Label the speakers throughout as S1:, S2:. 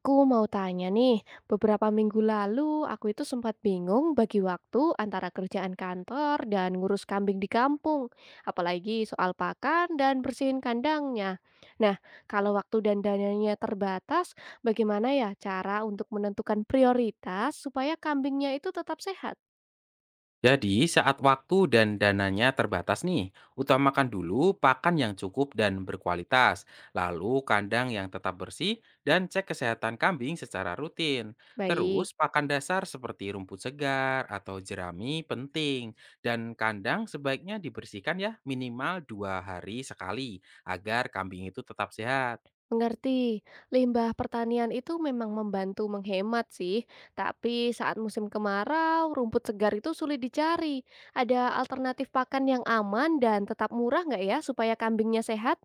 S1: Aku mau tanya nih, beberapa minggu lalu aku itu sempat bingung bagi waktu antara kerjaan kantor dan ngurus kambing di kampung, apalagi soal pakan dan bersihin kandangnya. Nah, kalau waktu dan dananya terbatas, bagaimana ya cara untuk menentukan prioritas supaya kambingnya itu tetap sehat?
S2: Jadi, saat waktu dan dananya terbatas nih, utamakan dulu pakan yang cukup dan berkualitas, lalu kandang yang tetap bersih, dan cek kesehatan kambing secara rutin.
S1: Baik.
S2: Terus, pakan dasar seperti rumput segar atau jerami penting, dan kandang sebaiknya dibersihkan ya minimal 2 hari sekali, agar kambing itu tetap sehat.
S1: Mengerti, limbah pertanian itu memang membantu menghemat sih, tapi saat musim kemarau, rumput segar itu sulit dicari. Ada alternatif pakan yang aman dan tetap murah nggak ya supaya kambingnya sehat?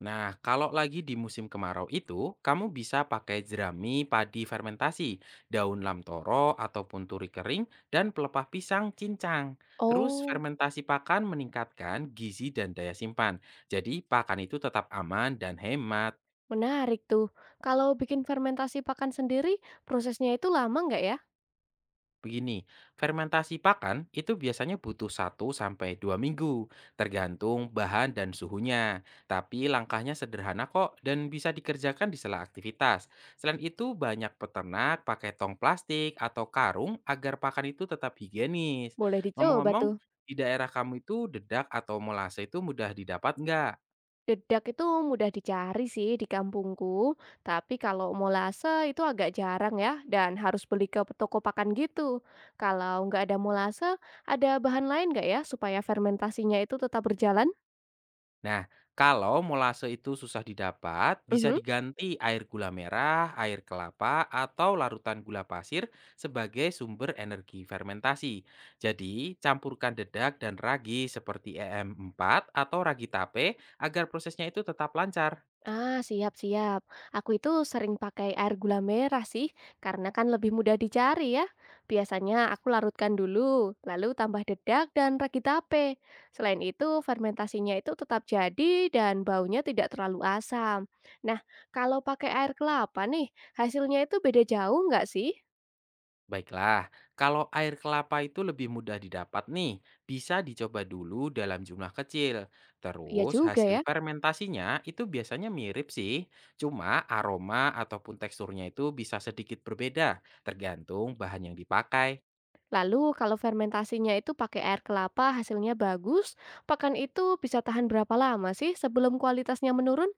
S2: Nah, kalau lagi di musim kemarau itu, kamu bisa pakai jerami padi fermentasi, daun lamtoro ataupun turi kering, dan pelepah pisang cincang. Terus
S1: Oh,
S2: fermentasi pakan meningkatkan gizi dan daya simpan. Jadi pakan itu tetap aman dan hemat.
S1: menarik tuh. Kalau bikin fermentasi pakan sendiri, prosesnya itu lama nggak ya?
S2: Begini, fermentasi pakan itu biasanya butuh 1 sampai 2 minggu, tergantung bahan dan suhunya. Tapi langkahnya sederhana kok dan bisa dikerjakan di sela aktivitas. Selain itu, banyak peternak pakai tong plastik atau karung agar pakan itu tetap higienis.
S1: Boleh dicoba
S2: Ngomong-ngomong,
S1: tuh.
S2: di daerah kamu itu dedak atau molase itu mudah didapat nggak?
S1: Dedak itu mudah dicari sih di kampungku, tapi kalau molase itu agak jarang ya dan harus beli ke toko pakan gitu. Kalau nggak ada molase, ada bahan lain nggak ya supaya fermentasinya itu tetap berjalan?
S2: Nah, kalau molase itu susah didapat, bisa
S1: Mhm.
S2: diganti air gula merah, air kelapa, atau larutan gula pasir sebagai sumber energi fermentasi. Jadi, campurkan dedak dan ragi seperti EM4 atau ragi tape agar prosesnya itu tetap lancar.
S1: Ah, siap, siap. Aku itu sering pakai air gula merah sih, karena kan lebih mudah dicari ya. Biasanya aku larutkan dulu, lalu tambah dedak dan ragi tape. Selain itu, fermentasinya itu tetap jadi dan baunya tidak terlalu asam. Nah, kalau pakai air kelapa nih, hasilnya itu beda jauh nggak sih?
S2: Baiklah, kalau air kelapa itu lebih mudah didapat nih, bisa dicoba dulu dalam jumlah kecil.
S1: Iya
S2: Terus
S1: juga ya.
S2: hasil fermentasinya itu biasanya mirip sih, cuma aroma ataupun teksturnya itu bisa sedikit berbeda, tergantung bahan yang dipakai.
S1: Lalu kalau fermentasinya itu pakai air kelapa hasilnya bagus, pakan itu bisa tahan berapa lama sih sebelum kualitasnya menurun?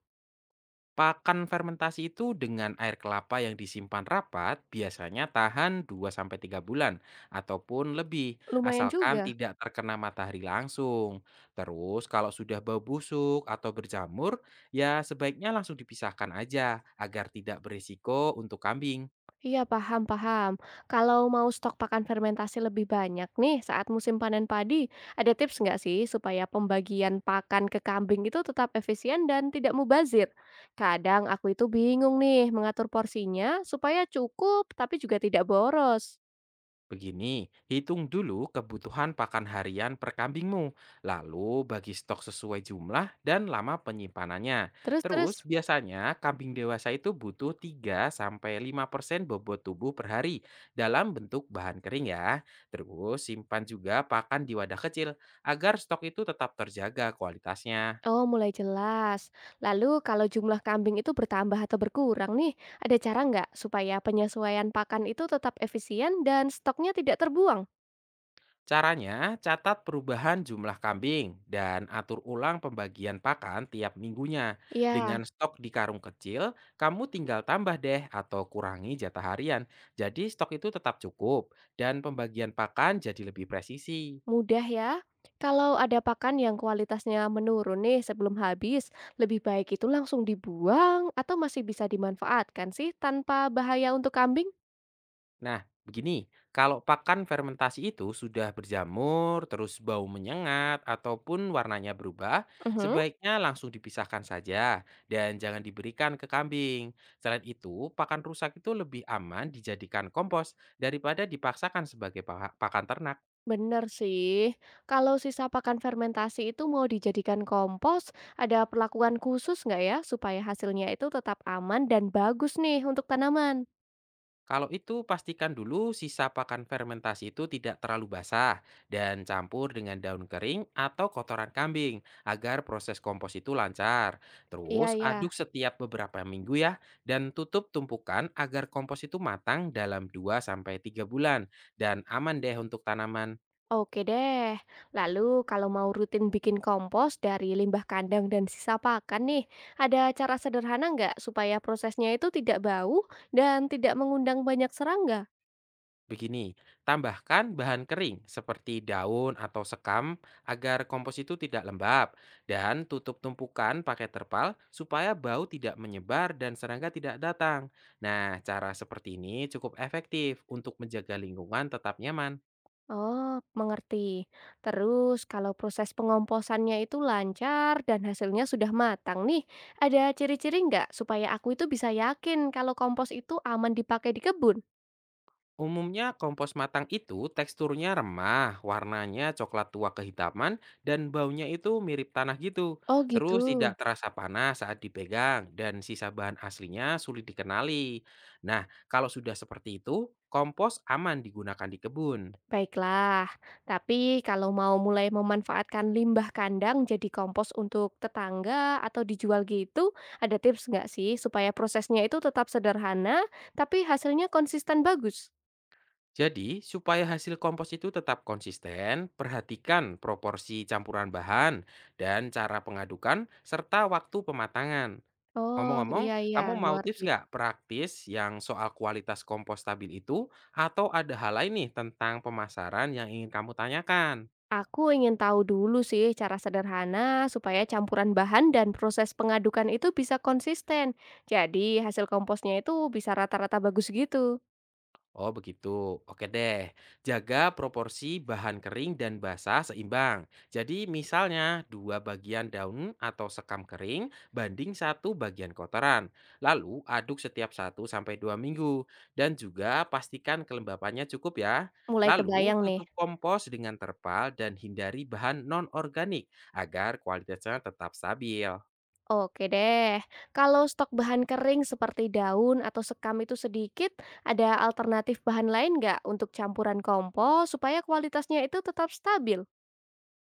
S2: Pakan fermentasi itu dengan air kelapa yang disimpan rapat biasanya tahan 2 sampai 3 bulan ataupun lebih,
S1: Lumayan
S2: asalkan
S1: juga.
S2: tidak terkena matahari langsung. Terus kalau sudah bau busuk atau berjamur, ya sebaiknya langsung dipisahkan aja agar tidak berisiko untuk kambing.
S1: Iya, paham paham. Kalau mau stok pakan fermentasi lebih banyak nih saat musim panen padi, ada tips nggak sih supaya pembagian pakan ke kambing itu tetap efisien dan tidak mubazir? Kadang aku itu bingung nih mengatur porsinya supaya cukup tapi juga tidak boros.
S2: Begini, hitung dulu kebutuhan pakan harian per kambingmu, lalu bagi stok sesuai jumlah dan lama penyimpanannya. Terus,
S1: Terus-terus,
S2: biasanya kambing dewasa itu butuh 3-5% bobot tubuh per hari dalam bentuk bahan kering ya. Terus, simpan juga pakan di wadah kecil agar stok itu tetap terjaga kualitasnya.
S1: oh mulai jelas. Lalu kalau jumlah kambing itu bertambah atau berkurang nih, ada cara nggak supaya penyesuaian pakan itu tetap efisien dan stoknya tidak terbuang?
S2: Caranya, catat perubahan jumlah kambing dan atur ulang pembagian pakan tiap minggunya.
S1: Iya.
S2: Dengan stok di karung kecil, kamu tinggal tambah deh atau kurangi jatah harian. Jadi stok itu tetap cukup dan pembagian pakan jadi lebih presisi.
S1: Mudah ya. Kalau ada pakan yang kualitasnya menurun nih sebelum habis, lebih baik itu langsung dibuang atau masih bisa dimanfaatkan sih tanpa bahaya untuk kambing?
S2: Nah, begini, kalau pakan fermentasi itu sudah berjamur, terus bau menyengat, ataupun warnanya berubah,
S1: Mhm.
S2: sebaiknya langsung dipisahkan saja dan jangan diberikan ke kambing. Selain itu, pakan rusak itu lebih aman dijadikan kompos daripada dipaksakan sebagai pakan ternak.
S1: Bener sih. Kalau sisa pakan fermentasi itu mau dijadikan kompos, ada perlakuan khusus nggak ya supaya hasilnya itu tetap aman dan bagus nih untuk tanaman?
S2: Kalau itu, pastikan dulu sisa pakan fermentasi itu tidak terlalu basah dan campur dengan daun kering atau kotoran kambing agar proses kompos itu lancar.
S1: Iya,
S2: Terus
S1: ya.
S2: aduk setiap beberapa minggu ya dan tutup tumpukan agar kompos itu matang dalam 2 sampai 3 bulan dan aman deh untuk tanaman.
S1: Oke deh. Lalu kalau mau rutin bikin kompos dari limbah kandang dan sisa pakan nih, ada cara sederhana nggak supaya prosesnya itu tidak bau dan tidak mengundang banyak serangga?
S2: Begini, tambahkan bahan kering seperti daun atau sekam agar kompos itu tidak lembab dan tutup tumpukan pakai terpal supaya bau tidak menyebar dan serangga tidak datang. Nah, cara seperti ini cukup efektif untuk menjaga lingkungan tetap nyaman.
S1: Oh, mengerti. Terus kalau proses pengomposannya itu lancar dan hasilnya sudah matang nih, ada ciri-ciri nggak supaya aku itu bisa yakin kalau kompos itu aman dipakai di kebun?
S2: Umumnya kompos matang itu teksturnya remah, warnanya coklat tua kehitaman, dan baunya itu mirip tanah gitu.
S1: Oh gitu.
S2: Terus tidak terasa panas saat dipegang, dan sisa bahan aslinya sulit dikenali. Nah, kalau sudah seperti itu, kompos aman digunakan di kebun.
S1: Baiklah, tapi kalau mau mulai memanfaatkan limbah kandang jadi kompos untuk tetangga atau dijual gitu, ada tips nggak sih supaya prosesnya itu tetap sederhana, tapi hasilnya konsisten bagus?
S2: Jadi, supaya hasil kompos itu tetap konsisten, perhatikan proporsi campuran bahan dan cara pengadukan serta waktu pematangan.
S1: Oh iya
S2: Ngomong-ngomong,
S1: iya,
S2: kamu mau
S1: mengerti.
S2: tips nggak praktis yang soal kualitas kompos stabil itu, atau ada hal lain nih tentang pemasaran yang ingin kamu tanyakan?
S1: Aku ingin tahu dulu sih cara sederhana supaya campuran bahan dan proses pengadukan itu bisa konsisten. Jadi hasil komposnya itu bisa rata-rata bagus gitu.
S2: Oh begitu, oke deh. Jaga proporsi bahan kering dan basah seimbang. Jadi misalnya 2 bagian daun atau sekam kering banding 1 bagian kotoran. Lalu aduk setiap 1 sampai 2 minggu dan juga pastikan kelembapannya cukup ya.
S1: Mulai
S2: Lalu
S1: kebayang nih.
S2: tutup kompos dengan terpal dan hindari bahan non-organik agar kualitasnya tetap stabil.
S1: Oke deh, kalau stok bahan kering seperti daun atau sekam itu sedikit, ada alternatif bahan lain nggak untuk campuran kompos supaya kualitasnya itu tetap stabil?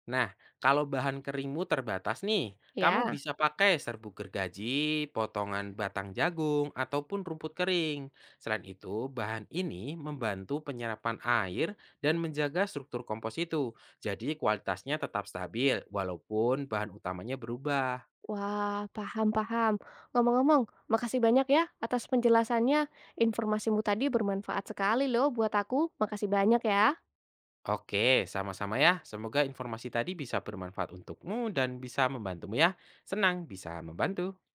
S2: Nah, kalau bahan keringmu terbatas nih, kamu
S1: Ya,
S2: bisa pakai serbuk gergaji, potongan batang jagung, ataupun rumput kering. Selain itu, bahan ini membantu penyerapan air dan menjaga struktur kompos itu. Jadi kualitasnya tetap stabil walaupun bahan utamanya berubah.
S1: wah paham-paham. Ngomong-ngomong, makasih banyak ya atas penjelasannya. Informasimu tadi bermanfaat sekali loh buat aku. Makasih banyak ya.
S2: Oke, sama-sama ya. Semoga informasi tadi bisa bermanfaat untukmu dan bisa membantumu ya. Senang bisa membantu.